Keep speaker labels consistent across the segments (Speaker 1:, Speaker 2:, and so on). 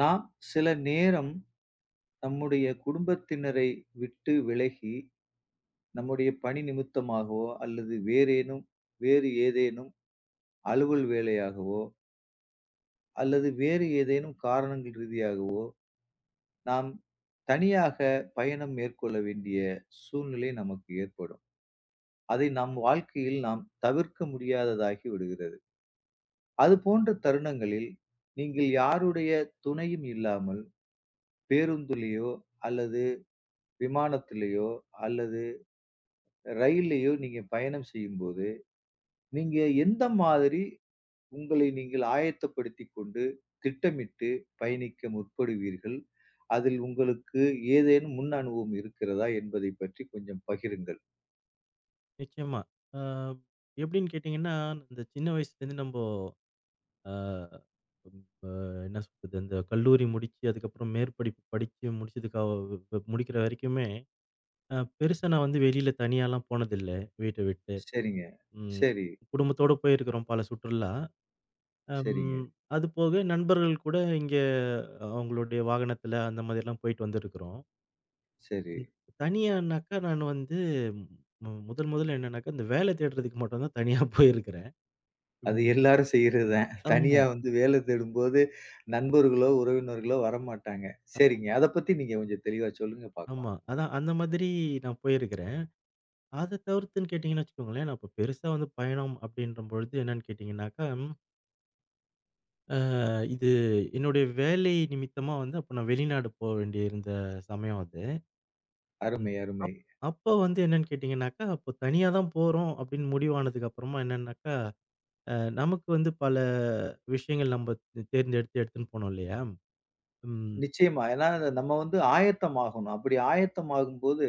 Speaker 1: நாம் சில நேரம் நம்முடைய குடும்பத்தினரை விட்டு விலகி, நம்முடைய பணி நிமித்தமாகவோ, அல்லது வேறு ஏதேனும் அலுவல் வேலையாகவோ, அல்லது வேறு ஏதேனும் காரணங்கள் ரீதியாகவோ, நாம் தனியாக பயணம் மேற்கொள்ள வேண்டிய சூழ்நிலை நமக்கு ஏற்படும். அதை நம் வாழ்க்கையில் நாம் தவிர்க்க முடியாததாகி விடுகிறது. அது போன்ற தருணங்களில், நீங்கள் யாருடைய துணையும் இல்லாமல் பேருந்துலயோ, அல்லது விமானத்திலயோ, அல்லது ரயில்லயோ நீங்க பயணம் செய்யும்போது, நீங்க எந்த மாதிரி உங்களை நீங்கள் ஆயத்தப்படுத்திக் கொண்டு, திட்டமிட்டு பயணிக்க முற்படுவீர்கள்? அதில் உங்களுக்கு ஏதேனும் முன் அனுபவம் இருக்கிறதா என்பதைப் பற்றி கொஞ்சம் பகிருங்கள்.
Speaker 2: நிச்சயமா. அ எப்படின்னு கேட்டீங்கன்னா, இந்த சின்ன வயசுலேருந்து நம்போ அ ப என்ன சொல்றது, அந்த கல்லூரி முடிச்சு, அதுக்கப்புறம் மேற்படிப்பு படிச்சு முடிச்சதுக்கு அ வ் முடிக்கிற வரைக்குமே, பெருசா நான் வந்து வெளியில தனியாலாம் போனதில்ல, வீட்ட விட்டு.
Speaker 1: சரிங்க.
Speaker 2: ம்.
Speaker 1: சரி,
Speaker 2: குடும்பத்தோட போயிருக்கிறோம் பல சுற்றுலா. அம்
Speaker 1: சரிங்க.
Speaker 2: அது போக நண்பர்கள் கூட இங்க அவங்களுடைய வாகனத்தில அந்த மாதிரிலாம் போயிட்டு வந்திருக்கிறோம்.
Speaker 1: சரி.
Speaker 2: ம். தனியானாக்கா நான் வந்து முதல் முதல்ல என்னன்னாக்கா, இந்த வேலை தேடுறதுக்கு மட்டும் தான் தனியா போயிருக்கிறேன்.
Speaker 1: அது எல்லாரும் செய்றது தான்.
Speaker 2: ஆமா,
Speaker 1: தனியா வந்து வேலை தேடும்போது நண்பர்களோ, உறவினர்களோ வரமாட்டாங்க. சரிங்க. அத பத்தி நீங்க கொஞ்சம் தெளிவா சொல்லுங்க பாக்கலாம்.
Speaker 2: ஆமா. அதான் அந்த மாதிரி நான் போயிருக்கிறேன். அத தவிர்த்துன்னு கேட்டீங்கன்னு வச்சுக்கோங்களேன், நான் இப்ப பெருசா வந்து பயணம் அப்படின்ற பொழுது என்னன்னு கேட்டீங்கன்னாக்கா, அ இது என்னுடைய வேலை நிமித்தமா வந்து அப்ப நான் வெளிநாடு போ வேண்டியிருந்த சமயம் அது. ம்.
Speaker 1: அருமை, அருமை.
Speaker 2: அப் அப்ப வந்து என்னன்னு கேட்டீங்கன்னாக்கா, அப்போ தனியா தான் போறோம் அப்படின்னு முடிவானதுக்கு அப்புறமா என்னன்னாக்கா, அ நமக்கு வந்து பல விஷயங்கள் நம்ம தேர்ந்தெடுத்து எடுத்துன்னு போனோம் இல்லையா? ம்.
Speaker 1: நிச்சயமா. ஏன்னா நம்ம வந்து ஆயத்தமாகணும். அப்படி ஆயத்தமாகும்போது,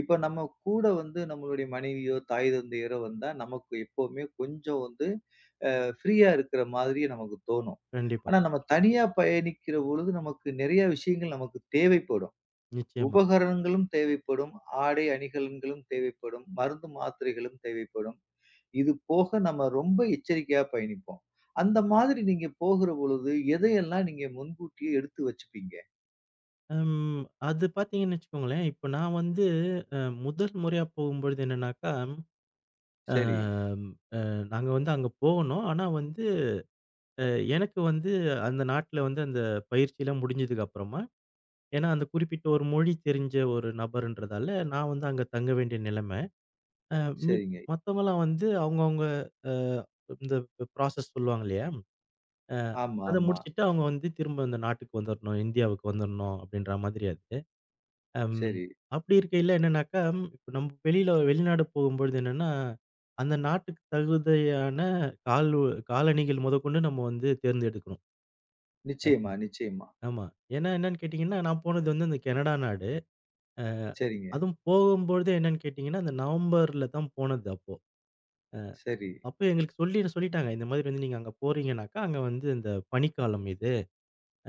Speaker 1: இப்ப நம்ம கூட வந்து நம்மளுடைய மனைவியோ, தாய் தந்தையரோ வந்தா நமக்கு எப்பவுமே கொஞ்சம் வந்து ஃப்ரீயா இருக்கிற மாதிரி நமக்கு தோணும்.
Speaker 2: கண்டிப்பா.
Speaker 1: ஆனா நம்ம தனியா பயணிக்கிற பொழுது நமக்கு நிறைய விஷயங்கள் நமக்கு தேவைப்படும்.
Speaker 2: நிச்சயமா.
Speaker 1: உபகரணங்களும் தேவைப்படும். ஆடை அணிகலன்களும் தேவைப்படும். மருந்து மாத்திரைகளும் தேவைப்படும். இது போக நம்ம ரொம்ப எச்சரிக்கையா பயணிப்போம். அந்த மாதிரி நீங்க போகிற பொழுது எதையெல்லாம் நீங்க முன்கூட்டியே எடுத்து வச்சுப்பீங்க?
Speaker 2: அம். அது பார்த்தீங்கன்னு வச்சுக்கோங்களேன், இப்ப நான் வந்து அ முதல் முறையா போகும்பொழுது என்னன்னாக்கா, அ
Speaker 1: சரி.
Speaker 2: நாங்க வந்து அங்க போனோம். ஆனா வந்து அ எனக்கு வந்து அந்த நாட்ல வந்து அந்த பயிற்சிலாம் முடிஞ்சதுக்கு அப்புறமா, ஏன்னா அந்த குறிப்பிட்ட ஒரு மொழி தெரிஞ்ச ஒரு நபர்ன்றதால, நான் வந்து அங்க தங்க வேண்டிய நிலைமை. அ மி
Speaker 1: சரிங்க.
Speaker 2: மத்தவங்கலாம் வந்து அவங்கவங்க அ இந்த ப்ராசஸ் சொல்லுவாங்க இல்லையா? அ
Speaker 1: ஆமா,
Speaker 2: அத
Speaker 1: ஆமா.
Speaker 2: முடிச்சுட்டு அவங்க வந்து திரும்ப அந்த நாட்டுக்கு வந்துரணும். இந்தியாவுக்கு வந்துரணும் அப்படின்ற மாதிரி அது. அம்.
Speaker 1: சரி.
Speaker 2: அப்படி இருக்கையில என்னன்னாக்கா, இப்ப நம்ம வெளியில வெளிநாடு போகும்பொழுது என்னன்னா, அந்த நாட்டுக்கு தகுதியான கால் காலணிகள் முதற்கொண்டு நம்ம வந்து தேர்ந்தெடுக்கணும்.
Speaker 1: நிச்சயமா, நிச்சயமா.
Speaker 2: ஆமா. ஏன்னா என்னன்னு கேட்டீங்கன்னா, நான் போனது வந்து இந்த கனடா நாடு.
Speaker 1: சரிங்க.
Speaker 2: அதுவும் போகும்பொழுது என்னன்னு கேட்டீங்கன்னா, அந்த நவம்பர்ல தான் போனது அப்போ.
Speaker 1: சரி,
Speaker 2: அப்போ எங்களுக்கு சொல்லி சொல்லிட்டாங்க. இந்த மாதிரி வந்து நீங்க அங்க போறீங்கன்னாக்கா, அங்க வந்து இந்த பனிக்காலம் இது.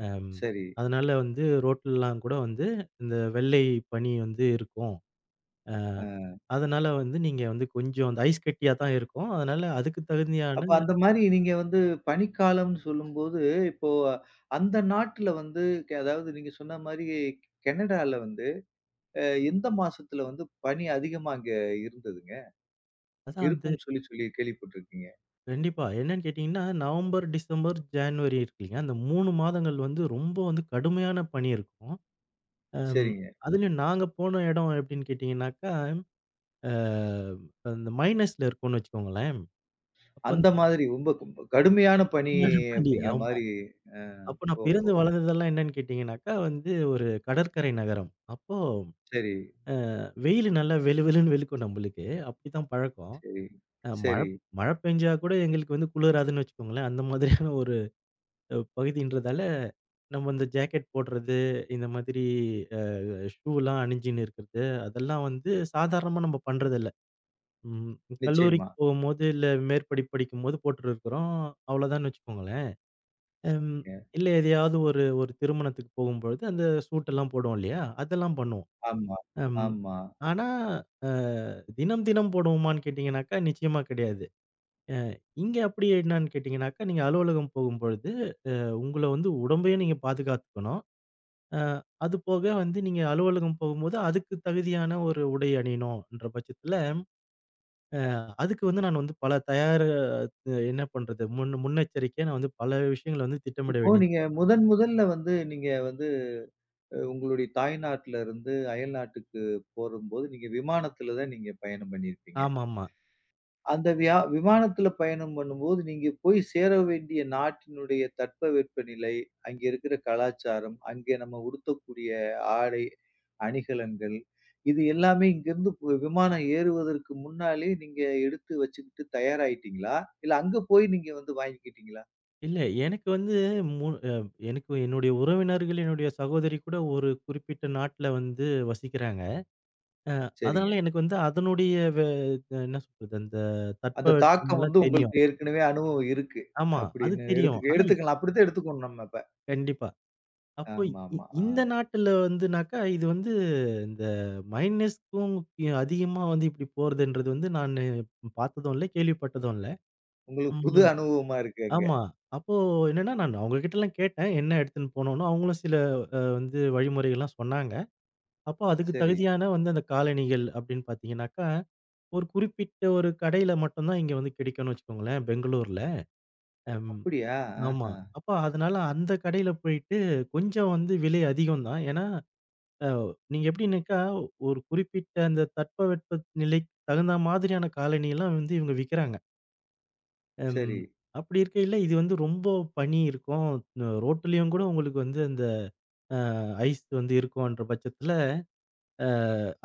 Speaker 2: அம்.
Speaker 1: சரி.
Speaker 2: அதனால வந்து ரோட்லலாம் கூட வந்து இந்த வெள்ளை பனி வந்து இருக்கும்.
Speaker 1: அ
Speaker 2: அதனால வந்து நீங்க வந்து கொஞ்சம் அந்த ஐஸ் கட்டியா தான் இருக்கும். அதனால அதுக்கு தகுந்தியான
Speaker 1: அப்ப அந்த மாரி நீங்க வந்து பனிக்காலம்னு சொல்லும்போது, இப்போ அந்த நாட்டுல வந்து அதாவது நீங்க சொன்ன மாரி கனடால வந்து அ எந்த மாசத்துல வந்து பனி அதிகமா அங்க இருந்ததுங்க?
Speaker 2: அதான் அது
Speaker 1: இருக்கும்னு சொல்லி சொல்லி கேள்விப்பட்டுருக்கீங்க.
Speaker 2: கண்டிப்பா. என்னன்னு கேட்டீங்கன்னா, நவம்பர், டிசம்பர், ஜான்வரி இருக்கு இல்லையா? அந்த 3 மாதங்கள் வந்து ரொம்ப வந்து கடுமையான பனி இருக்கும். அம்
Speaker 1: சரிங்க.
Speaker 2: அதுலயும் நாங்க போன இடம் எப்படின்னு கேட்டீங்கன்னாக்கா, அ அந்த மைனஸ்ல இருக்கும்னு வச்சுக்கோங்களேன். அப்ப அந்த
Speaker 1: அந்த மாதிரி ரொம்ப கடுமையான பனி
Speaker 2: கடுமையான பனி
Speaker 1: அப்படிங்கிற
Speaker 2: ஆமா.
Speaker 1: மாரி அ
Speaker 2: அப்ப நான்
Speaker 1: ஓஹோ!
Speaker 2: பிறந்து வளர்ந்ததெல்லாம் என்னன்னு கேட்டீங்கன்னாக்கா, வந்து ஒரு கடற்கரை நகரம். அப்போ
Speaker 1: சரி,
Speaker 2: வெயிலு நல்லா வெலு வெலுன்னு வெளுக்கும் நம்மளுக்கு. அப்படித்தான் பழக்கம்.
Speaker 1: சரி,
Speaker 2: அ மழ
Speaker 1: சரி.
Speaker 2: மழ பெஞ்சா கூட எங்களுக்கு வந்து குளிராதுன்னு வச்சுக்கோங்களேன். அந்த மாதிரியான ஒரு பகுதின்றதால, நம்ம இந்த ஜாக்கெட் போடுறது, இந்த மாதிரி அ ஷூலாம் அணிஞ்சுன்னு இருக்கிறது, அதெல்லாம் வந்து சாதாரணமா நம்ம பண்றதில்ல. ம்.
Speaker 1: நிச்சயமா.
Speaker 2: கல்லூரிக்கு போகும்போது, இல்ல மேற்படிப்பு படிக்கும்போது போட்டுருக்கிறோம். அவ்வளோதான்னு வச்சுக்கோங்களேன். ம்.
Speaker 1: அ
Speaker 2: இல்ல எதையாவது ஒரு ஒரு திருமணத்துக்கு போகும்பொழுது, அந்த சூட்டெல்லாம் போடுவோம் இல்லையா? அதெல்லாம் பண்ணுவோம்.
Speaker 1: ஆமா,
Speaker 2: ம்.
Speaker 1: ஆமா.
Speaker 2: ஆனா, அ தினம் தினம் போடுவோமான்னு கேட்டீங்கன்னாக்கா, நிச்சயமா கிடையாது. அ இங்க அப்படி என்னான்னு கேட்டீங்கன்னாக்கா, நீங்க அலுவலகம் போகும்பொழுது, உங்கள வந்து உடம்பையும் நீங்க பாதுகாத்துக்கணும். அ அது போக வந்து நீங்க அலுவலகம் போகும்போது, அதுக்கு தகுதியான ஒரு உடை அணியணும்ன்ற பட்சத்துல, அ அதுக்கு வந்து நான் வந்து பல தயார் என்ன பண்றது? முன்னெச்சரிக்கையா நான் வந்து பல விஷயங்கள வந்து திட்டமிட
Speaker 1: இப்போ
Speaker 2: வேண்டியது
Speaker 1: நீங்க முதன் முதல்ல வந்து நீங்க வந்து உங்களுடைய தாய்நாட்ல இருந்து அயல்நாட்டுக்கு போகும்போது, நீங்க விமானத்துல தான் நீங்க பயணம் பண்ணியிருப்பீங்க.
Speaker 2: ஆமாமா.
Speaker 1: அந்த விமானத்துல பயணம் பண்ணும்போது, நீங்க போய் சேர வேண்டிய நாட்டினுடைய தட்பவெப்பநிலை, அங்க இருக்கிற கலாச்சாரம், அங்கே நம்ம உடுத்தக்கூடிய ஆடை, அணிகலன்கள் இது எல்லாமே இங்கிருந்து விமானம் ஏறுவதற்கு முன்னாலே நீங்க எடுத்து வச்சுக்கிட்டு தயாராயிட்டீங்களா? இல்ல அங்க போய் நீங்க வந்து வாங்கிக்கிட்டீங்களா?
Speaker 2: இல்ல எனக்கு வந்து மு அ எனக்கு என்னுடைய உறவினர்கள், என்னுடைய சகோதரி கூட ஒரு குறிப்பிட்ட நாட்ல வந்து வசிக்கிறாங்க.
Speaker 1: சரிங்க.
Speaker 2: அதனால எனக்கு வந்து அதனுடைய வே அ என்ன சொல்றது, அந்த
Speaker 1: அந்த தாக்கம் வந்து
Speaker 2: தட்பவெப்பம்லாம்
Speaker 1: உங்களுக்கு
Speaker 2: தெரியும்.
Speaker 1: ஏற்கனவே அனுபவம் இருக்கு.
Speaker 2: ஆமா, அது
Speaker 1: அப்படின்னு
Speaker 2: தெரியும்.
Speaker 1: எடுத்துக்க
Speaker 2: ஆனா
Speaker 1: எடுத்துக்கலாம். அப்படித்தான் எடுத்துக்கணும் நம்ம இப்ப.
Speaker 2: கண்டிப்பா. அப்போ
Speaker 1: ஆமா, ஆமா. ஆ.
Speaker 2: இந்த நாட்டுல வந்துனாக்கா, இது வந்து இந்த மைனஸ்க்கும் அதிகமா வந்து இப்டி போறதுன்றது வந்து நானு பார்த்ததும் இல்ல, கேள்விப்பட்டதும் இல்ல.
Speaker 1: உங்களுக்கு புது
Speaker 2: ம்.
Speaker 1: அனுபவமா இருக்கு அங்க.
Speaker 2: ஆமா. அப்போ என்னன்னா, நான் அவங்க கிட்டலாம் கேட்டேன். என்ன எடுத்துன்னு போணும்னு. அவங்களும் சில வந்து வழிமுறைகள்லாம் சொன்னாங்க. அப்போ அதுக்கு
Speaker 1: சரி.
Speaker 2: தகுதியான வந்து அந்த காலணிகள் அப்டின்னு பார்த்தீங்கன்னாக்கா ஒரு குறிப்பிட்ட ஒரு கடையில மட்டும் தான் இங்க வந்து கிடைக்கும்னு வச்சுக்கோங்களேன், பெங்களூர்ல. அம்
Speaker 1: அப்படியா?
Speaker 2: ஆமா.
Speaker 1: ஆஹா.
Speaker 2: அப்ப அதனால அந்த கடையில போயிட்டு கொஞ்சம் வந்து விலை அதிகம் தான். ஏன்னா, அ நீங்க எப்படின்னாக்கா, ஒரு குறிப்பிட்ட அந்த தட்பவெட்ப நிலைக்கு தகுந்த மாதிரியான காலணிலாம் வந்து இவங்க விக்கிறாங்க. அம்
Speaker 1: சரி,
Speaker 2: அப்படி இருக்கையில இது வந்து ரொம்ப பனி இருக்கும். ரோட்லயும் கூட உங்களுக்கு வந்து அந்த ஐஸ் வந்து இருக்கும்ன்ற பட்சத்துல, அ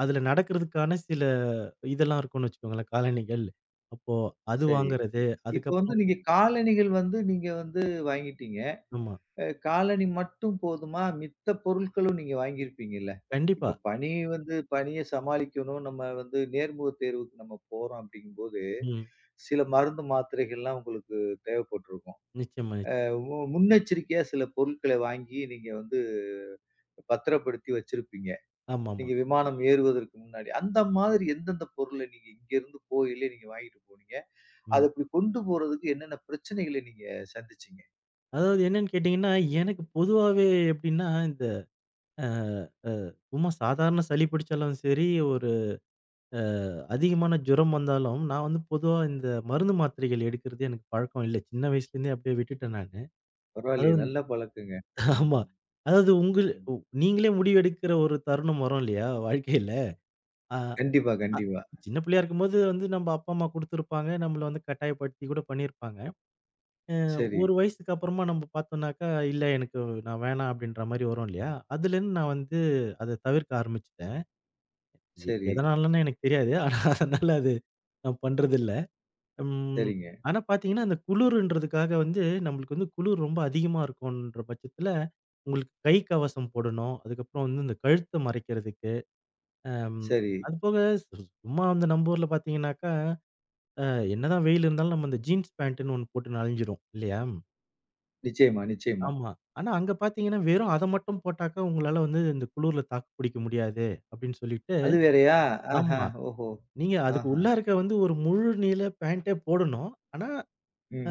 Speaker 2: அதுல நடக்கிறதுக்கான சில இதெல்லாம் இருக்கும்னு வச்சுக்கோங்களேன், காலணிகள். அப்போ அது
Speaker 1: சரி. இ
Speaker 2: வாங்குறது,
Speaker 1: இப்ப வந்து
Speaker 2: அதுக்கப்புறம்
Speaker 1: நீங்க காலணிகள் வந்து நீங்க வந்து வாங்கிட்டீங்க.
Speaker 2: ஆமா.
Speaker 1: அ காலணி மட்டும் போதுமா? மித்த பொருட்களும் நீங்க வாங்கியிருப்பீங்கல்ல.
Speaker 2: கண்டிப்பா.
Speaker 1: இப்ப பனி வந்து பனிய சமாளிக்கணும். நம்ம வந்து நேர்முகத் தேர்வுக்கு நம்ம போறோம் அப்படிங்கும்போது,
Speaker 2: ம்.
Speaker 1: சில மருந்து மாத்திரைகள்லாம் உங்களுக்கு தேவைப்பட்டுருக்கும்.
Speaker 2: நிச்சயமா, நிச்சயம்.
Speaker 1: முன்னெச்சரிக்கையா சில பொருட்களை வாங்கி நீங்க வந்து பத்திரப்படுத்தி வச்சிருப்பீங்க.
Speaker 2: ஆமாமா.
Speaker 1: நீங்க விமானம் ஏறுவதற்கு முன்னாடி. அந்த மாதிரி எந்தெந்த பொருள நீங்க இங்கருந்து போகையிலே நீங்க வாங்கிட்டு போனீங்க? அத
Speaker 2: ம்.
Speaker 1: அப்படி கொண்டு போறதுக்கு என்னென்ன பிரச்சனைகள நீங்க சந்திச்சீங்க?
Speaker 2: அதாவது என்னன்னு கேட்டீங்கன்னா, எனக்கு பொதுவாவே எப்படின்னா, இந்த அ அ சும்மா சாதாரண சளி பிடிச்சாலும் சரி, ஒரு அ அதிகமான ஜுரம் வந்தாலும், நான் வந்து பொதுவா இந்த மருந்து மாத்திரைகள் எடுக்கிறது எனக்கு பழக்கம் இல்ல. சின்ன வயசுலேருந்தே அப்படியே விட்டுட்டேன் நானு.
Speaker 1: பரவாயில்லையே!
Speaker 2: அதுவும்
Speaker 1: நல்ல பழக்கங்க.
Speaker 2: ஆமா.
Speaker 1: ம்,
Speaker 2: அதாவது உங்கள்
Speaker 1: ம்.
Speaker 2: உ நீங்களே முடிவு எடுக்கிற ஒரு தருணம் வரும் இல்லையா? வாழ்க்கையில. அ
Speaker 1: கண்டிப்பா,
Speaker 2: அ
Speaker 1: கண்டிப்பா.
Speaker 2: சின்ன பிள்ளையா இருக்கும்போது வந்து நம்ம அப்பா, அம்மா குடுத்துருப்பாங்க. நம்மள வந்து கட்டாயப்படுத்தி கூட பண்ணியிருப்பாங்க.
Speaker 1: சரி,
Speaker 2: ஒரு வயசுக்கு அப்புறமா நம்ம பார்த்தோம்னாக்கா, இல்ல எனக்கு நான் வேணாம் அப்படின்ற மாரி வரும் இல்லையா? அதுலேருந்து நான் வந்து அத தவிர்க்க ஆரம்பிச்சுட்டேன்.
Speaker 1: சரி,
Speaker 2: எதனாலன்னு எனக்கு தெரியாது. ஆனா அதனால அது நான் பண்றதில்ல. ம்.
Speaker 1: சரிங்க.
Speaker 2: ஆனா பார்த்தீங்கன்னா, அந்த குளுருன்றதுக்காக வந்து நம்மளுக்கு வந்து குளுர் ரொம்ப அதிகமா இருக்குன்ற பட்சத்தில, உங்களுக்கு கை கவசம் போடணும். அதுக்கப்புறம் வந்து இந்த கழுத்த மறைக்கிறதுக்கு, அம்
Speaker 1: சரி.
Speaker 2: அதுபோக சு சும்மா வந்து நம்ம ஊர்ல பார்த்தீங்கன்னாக்கா, அ என்னதான் வெயில் இருந்தாலும் நம்ம அந்த ஜீன்ஸ் பேண்ட்டுன்னு ஒண்ணு போட்டு அலைஞ்சிரும் இல்லையா?
Speaker 1: நிச்சயமா, நிச்சயமா.
Speaker 2: ஆமா. ஆனா அங்க பார்த்தீங்கன்னா, வெறும் அத மட்டும் போட்டாக்கா, உங்களால வந்து இந்த குளுர்ல தாக்கு பிடிக்க முடியாது அப்படின்னு சொல்லிட்டு
Speaker 1: அது வேறயா? ஆஹா!
Speaker 2: ஆமா.
Speaker 1: ஓஹோ!
Speaker 2: நீங்க அதுக்கு
Speaker 1: ஆஹா!
Speaker 2: உள்ளார்க்க வந்து ஒரு முழு நீள பேண்டே போடணும். ஆனா,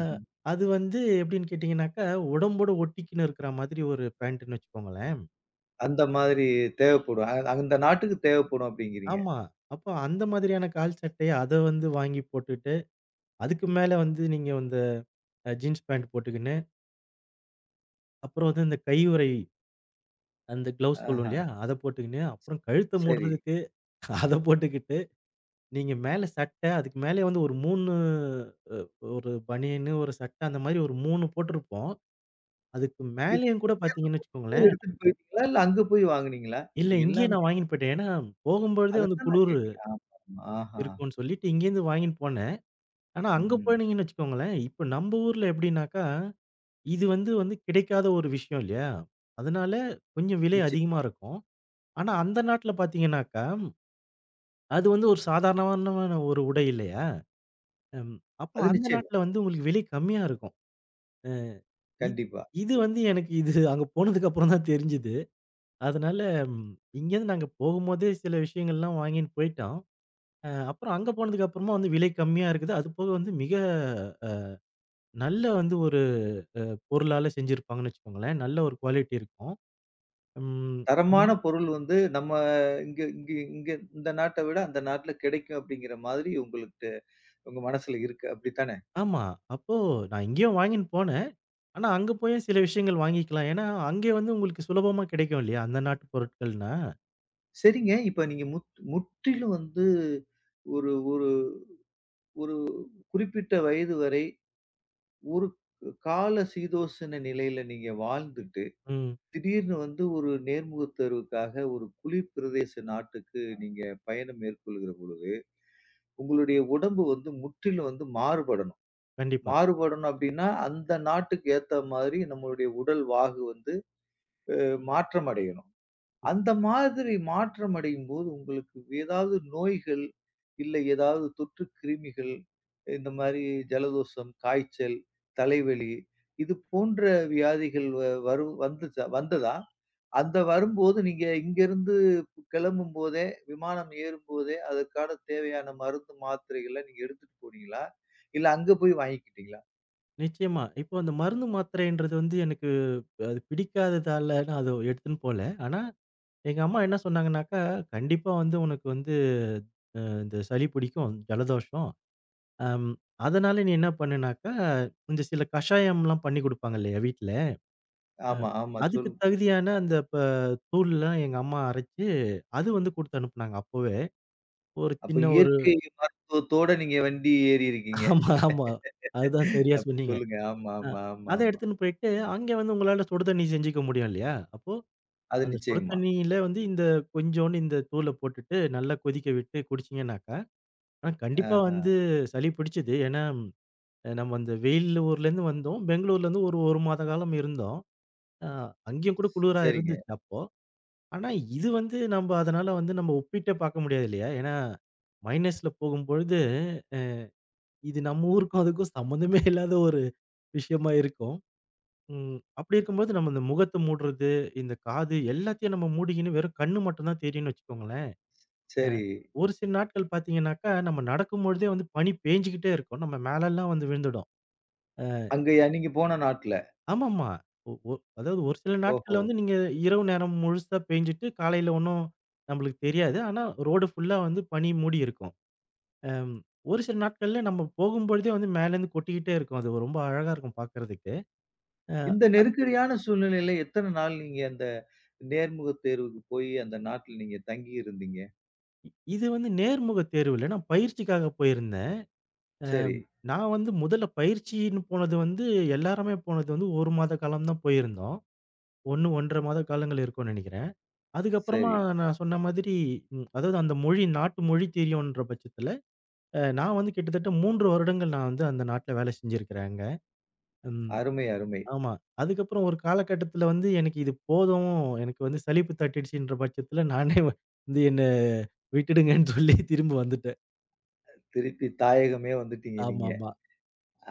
Speaker 2: அ அது வந்து எப்படின்னு கேட்டீங்கன்னாக்கா, உடம்போட ஒட்டிக்கின்னு இருக்கிற மாதிரி ஒரு பேண்ட்டுன்னு வச்சுக்கோங்களேன்.
Speaker 1: அந்த மாதிரி தேவைப்படும். அந்த நாட்டுக்கு தேவைப்படும் அப்படிங்கிறீங்க.
Speaker 2: ஆமா. அப்போ அந்த மாதிரியான கால் சட்டை அத வந்து வாங்கி போட்டுட்டு, அதுக்கு மேல வந்து நீங்க இந்த ஜீன்ஸ் பேண்ட் போட்டுக்கின்னு, அப்புறம் வந்து இந்த கையுறை அந்த க்ளவுஸ் சொல்லுவோம்
Speaker 1: ஆஹா!
Speaker 2: இல்லையா? அத போட்டுக்கின்னு, அப்புறம் கழுத்த
Speaker 1: சரி.
Speaker 2: மூடுறதுக்கு அத போட்டுக்கிட்டு நீங்க மேல சட்ட, அதுக்கு மேலயே வந்து ஒரு 3 அ ஒரு பனியனு, ஒரு சட்ட அந்த மாரி ஒரு 3 போட்டிருப்போம். அதுக்கு
Speaker 1: இது
Speaker 2: மேலயும் கூட
Speaker 1: எங்கேயாவது
Speaker 2: பார்த்தீங்கன்னு
Speaker 1: போகும்போது
Speaker 2: வச்சுக்கோங்களேன்,
Speaker 1: எடுத்துட்டு போயிட்டீங்களா? இல்ல அங்க போய் வாங்குனீங்களா?
Speaker 2: இல்ல
Speaker 1: இது
Speaker 2: இங்கேயே
Speaker 1: எல்லாமே
Speaker 2: நான் வாங்கின்னு போயிட்டேன். ஏன்னா போகும்பொழுதே வந்து
Speaker 1: அதத்தான் நான்
Speaker 2: குளுரு
Speaker 1: கேட்கிறேன். ஆமாமா. ஆஹா.
Speaker 2: இருக்கும்ன்னு சொல்லிட்டு இங்கேருந்து வாங்கின்னு போனேன். ஆனா அங்க
Speaker 1: ம்.
Speaker 2: போனீங்கன்னு வச்சுக்கோங்களேன், இப்ப நம்ப ஊர்ல எப்படின்னாக்கா, இது வந்து வந்து கிடைக்காத ஒரு விஷயம் இல்லையா? அதனால கொஞ்சம் விலை
Speaker 1: நிச்சயம்.
Speaker 2: அதிகமா இருக்கும். ஆனா அந்த நாட்ல பார்த்தீங்கன்னாக்கா, அது வந்து ஒரு சாதாரணமான ஒரு உடை இல்லையா? ம். அப்போ
Speaker 1: அது
Speaker 2: அந்த
Speaker 1: நிச்சயமா.
Speaker 2: நாட்ல வந்து உங்களுக்கு விலை கம்மியா இருக்கும். இத்
Speaker 1: கண்டிப்பா.
Speaker 2: இது வந்து எனக்கு இது அங்க போனதுக்கு அப்புறம் தான் தெரிஞ்சது. அதனால ம் இங்கேருந்து நாங்க போகும்போதே சில விஷயங்கள்லாம் வாங்கின்னு போயிட்டோம். அப்புறம் அங்க போனதுக்கு அப்புறமா வந்து விலை கம்மியா இருக்குது. அதுபோக வந்து மிக நல்ல வந்து ஒரு அ பொருளால செஞ்சிருப்பாங்கன்னு வச்சுக்கோங்களேன். நல்ல ஒரு குவாலிட்டி இருக்கும். ம்
Speaker 1: தரமான
Speaker 2: அதனா
Speaker 1: பொருள் வந்து நம்ம இங்க இங்க இங்க இந்த நாட்ட விட அந்த நாட்ல கிடைக்கும் அப்படிங்கிற மாதிரி உங்களுக்கு உங்க மனசுல இருக்கு. அப்படித்தானே?
Speaker 2: ஆமா. அப்போ நான் இங்கேயும் வாங்கின்னு போனேன். ஆனா அங்க போயும் சில விஷயங்கள் வாங்கிக்கலாம். ஏன்னா, அங்கே வந்து உங்களுக்கு சுலபமா கிடைக்கும் இல்லையா? அந்த நாட்டு பொருட்கள்னா.
Speaker 1: சரிங்க. இப்ப நீங்க முற்றிலும் வந்து ஒரு ஒரு ஒரு குறிப்பிட்ட வயது வரை ஒரு கால சீதோஷண நிலையில நீங்க வாழ்ந்துட்டு
Speaker 2: ம்.
Speaker 1: திடீர்னு வந்து ஒரு நேர்முகத் தேர்வுக்காக ஒரு குளிர் பிரதேச நாட்டுக்கு நீங்க பயணம் மேற்கொள்கிற பொழுது, உங்களுடைய உடம்பு வந்து முற்றிலும் வந்து மாறுபடணும்.
Speaker 2: கண்டிப்பா.
Speaker 1: மாறுபடணும் அப்டின்னா, அந்த நாட்டுக்கு ஏத்த மாதிரி நம்மளுடைய உடல் வாகு வந்து மாற்றம் அடையணும். அந்த மாதிரி மாற்றம் அடையும்போது உங்களுக்கு ஏதாவது நோய்கள், இல்லை ஏதாவது தொற்று கிருமிகள், இந்த மாரி ஜலதோஷம், காய்ச்சல், தலைவலி இது போன்ற வியாதிகள் வ வரு வந்துச்சா? வந்ததா? அந்த வரும்போது நீங்க இங்கேருந்து கிளம்பும்போதே, விமானம் ஏறும்போதே, அதற்கான தேவையான மருந்து, மாத்திரைகள நீங்க எடுத்துட்டு போனீங்களா? இல்ல அங்க போய் வாங்கிக்கிட்டீங்களா?
Speaker 2: நிச்சயமா. இப்போ அந்த மருந்து மாத்திரைன்றது வந்து எனக்கு அது பிடிக்காததால நான் அத எடுத்துன்னு போல. ஆனா, எங்க அம்மா என்ன சொன்னாங்கன்னாக்கா, "கண்டிப்பா வந்து உனக்கு வந்து இந்த சளி பிடிக்கும், ஜலதோஷம். அம் அதனால நீ என்ன பண்ணுனாக்கா, இந்த சில கஷாயம்லாம் பண்ணி குடுப்பாங்க இல்லையா வீட்ல,
Speaker 1: ஆமா, ஆமா.
Speaker 2: அதுக்கு
Speaker 1: சொல்லுங்க.
Speaker 2: தகுதியான அந்த தூள்லாம் எங்க அம்மா அரைச்சு, அது வந்து குடுத்து அனுப்புனாங்க அப்பவே. ஒரு
Speaker 1: அப்ப
Speaker 2: சின்ன ஒரு"
Speaker 1: இயற்கை மருத்துவத்தோட நீங்க வண்டி ஏறியிருக்கீங்க.
Speaker 2: ஆமா, ஆமா. அதுதான் சரியா
Speaker 1: அப்படி
Speaker 2: சொன்னீங்க.
Speaker 1: சொல்லுங்க. ஆமா,
Speaker 2: அ
Speaker 1: ஆமா, ஆமா,
Speaker 2: அத
Speaker 1: ஆமா.
Speaker 2: எடுத்துன்னு போயிட்டு, அங்க வந்து உங்களால சுடு தண்ணி செஞ்சுக்க முடியும் இல்லையா? அப்போ
Speaker 1: அது
Speaker 2: அந்த சுடு
Speaker 1: நிச்சயமா.
Speaker 2: தண்ணியில வந்து இந்த கொஞ்சோண்டு இந்த தூள போட்டுட்டு நல்லா கொதிக்க விட்டு குடிச்சீங்கன்னாக்கா, ஆ கண்டிப்பா
Speaker 1: ஆ.
Speaker 2: வந்து சளி பிடிச்சது. ஏன்னா, நம்ம அந்த வெயில் ஊர்லேருந்து வந்தோம். பெங்களூர்லேருந்து ஒரு 1 மாத காலம் இருந்தோம். அ அங்கேயும் கூட குளிரா
Speaker 1: சரிங்க.
Speaker 2: இருந்துச்சு அப்போ. ஆனா இது வந்து நம்ம அதனால வந்து நம்ம ஒப்பிட்டே பார்க்க முடியாது இல்லையா? ஏன்னா மைனஸ்ல போகும்பொழுது, அ இது நம்ம ஊருக்கும் அதுக்கும் சம்மந்தமே இல்லாத ஒரு விஷயமா இருக்கும். ம். அப்படி இருக்கும்போது நம்ம இந்த முகத்த மூடுறது, இந்த காது எல்லாத்தையும் நம்ம மூடிக்கின்னு வெறும் கண்ணு மட்டும் தான் தெரியும்னு வச்சுக்கோங்களேன். அ
Speaker 1: சரி.
Speaker 2: ஒரு சில நாட்கள் பார்த்தீங்கன்னாக்கா, நம்ம நடக்கும்பொழுதே வந்து பனி பேஞ்சுகிட்டே இருக்கும். நம்ம மேலல்லாம் வந்து விழுந்துடும். அ
Speaker 1: அங்கயா நீங்க போன நாட்ல?
Speaker 2: ஆமாமா. ஒ ஒ அதாவது ஒரு சில
Speaker 1: ஓஹோ!
Speaker 2: நாட்கள்ல வந்து நீங்க இரவு நேரம் முழுசா பேஞ்சுட்டு, காலையில ஒண்ணும் நம்மளுக்கு தெரியாது. ஆனா ரோடு ஃபுல்லா வந்து பனி மூடி இருக்கும். அம் ஒரு சில நாட்கள்ல நம்ம போகும்பொழுதே வந்து மேலேருந்து கொட்டிக்கிட்டே இருக்கும். அது ரொம்ப அழகா இருக்கும் பார்க்கறதுக்கு. அ
Speaker 1: இந்த
Speaker 2: அது
Speaker 1: நெருக்கடியான சூழ்நிலையில எத்தன நாள் நீங்க அந்த நேர்முகத் தேர்வுக்கு போயி அந்த நாட்ல நீங்க தங்கி இருந்தீங்க?
Speaker 2: இது வந்து நேர்முக தேர்வு இல்ல. நான் பயிற்சிக்காக போயிருந்தேன். அ
Speaker 1: சரி,
Speaker 2: நான் வந்து முதல்ல பயிற்சின்னு போனது வந்து எல்லாருமே போனது வந்து 1 மாத காலம் தான் போயிருந்தோம். 1, 1 1/2 மாத காலங்கள் இருக்கும்னு நினைக்கிறேன். அதுக்கப்புறமா
Speaker 1: சரி.
Speaker 2: நான் சொன்ன மாதிரி அதாவது அந்த மொழி நாட்டு மொழி தெரியுன்ற பட்சத்தில, நான் வந்து கிட்டத்தட்ட 3 வருடங்கள் நான் வந்து அந்த நாட்ல வேலை செஞ்சிருக்கிறேங்க. ம்.
Speaker 1: அருமை, அருமை.
Speaker 2: ஆமா. அதுக்கப்புறம் ஒரு காலகட்டத்தில வந்து எனக்கு இது போதும், எனக்கு வந்து சலிப்பு தட்டிடுச்சுன்ற பட்சத்தில நானே வந்து என்ன விட்டுடுங்கன்னு சொல்லி திரும்ப வந்துட்டேன்.
Speaker 1: திருப்பி தாயகமே வந்துட்டீங்க நீங்க.
Speaker 2: ஆமாமா.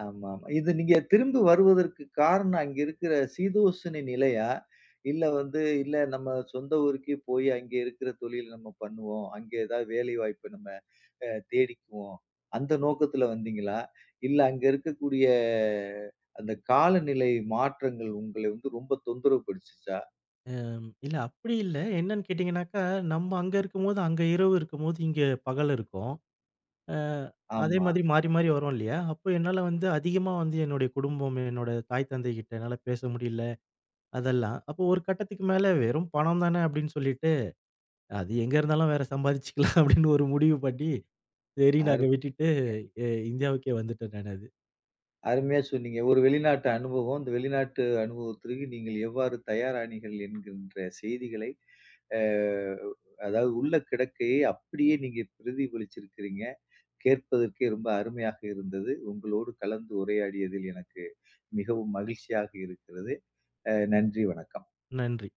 Speaker 1: ஆமாமா. இது நீங்க திரும்பி வருவதற்கு காரணம் அங்க இருக்கிற சீதோஷண நிலையா? இல்ல வந்து இல்ல நம்ம சொந்த ஊருக்கே போய் அங்க இருக்கிற தொழில் நம்ம பண்ணுவோம். அங்க ஏதாவது வேலை வாய்ப்பு நம்ம தேடிக்குவோம். அந்த நோக்கத்துல வந்தீங்களா? இல்ல அங்க இருக்கக்கூடிய அந்த காலநிலை மாற்றங்கள் உங்களை வந்து ரொம்ப தொந்தரவு படுச்சுச்சா?
Speaker 2: இல்ல அப்படி இல்ல. என்னன்னு கேட்டீங்கன்னாக்கா, நம்ம அங்க இருக்கும்போது அங்க இரவு இருக்கும்போது, இங்க பகல் இருக்கும். அ அதே
Speaker 1: ஆமா.
Speaker 2: மாதிரி மாறி, மாறி வரும் இல்லையா? அப்போ என்னால வந்து அதிகமா வந்து என்னுடைய குடும்பம், என்னோட தாய், தந்தை கிட்ட என்னால பேச முடியல, அதெல்லாம். அப்போ ஒரு கட்டத்துக்கு மேல வெறும் பணம் தானே அப்படின்னு சொல்லிட்டு, அது எங்க இருந்தாலும் வேற சம்பாதிச்சுக்கலாம் அப்படின்னு ஒரு முடிவு பண்ணி, சரி நாங்க
Speaker 1: அருமை.
Speaker 2: விட்டுட்டு இந்தியாவுக்கே வந்துட்டேன் நான் அது.
Speaker 1: அருமையா சொன்னீங்க. ஒரு வெளிநாட்டு அனுபவம். இந்த வெளிநாட்டு அனுபவத்திற்கு நீங்கள் எவ்வாறு தயாரானீர்கள் என்கின்ற செய்திகளை, அ அதாவது உள்ள கிடக்கையை அப்படியே நீங்க பிரதிபலிச்சிருக்கிறீங்க. கேட்பதற்கே ரொம்ப அருமையாக இருந்தது. உங்களோடு கலந்து உரையாடியதில் எனக்கு மிகவும் மகிழ்ச்சியாக இருக்கிறது. நன்றி, வணக்கம்.
Speaker 2: நன்றி.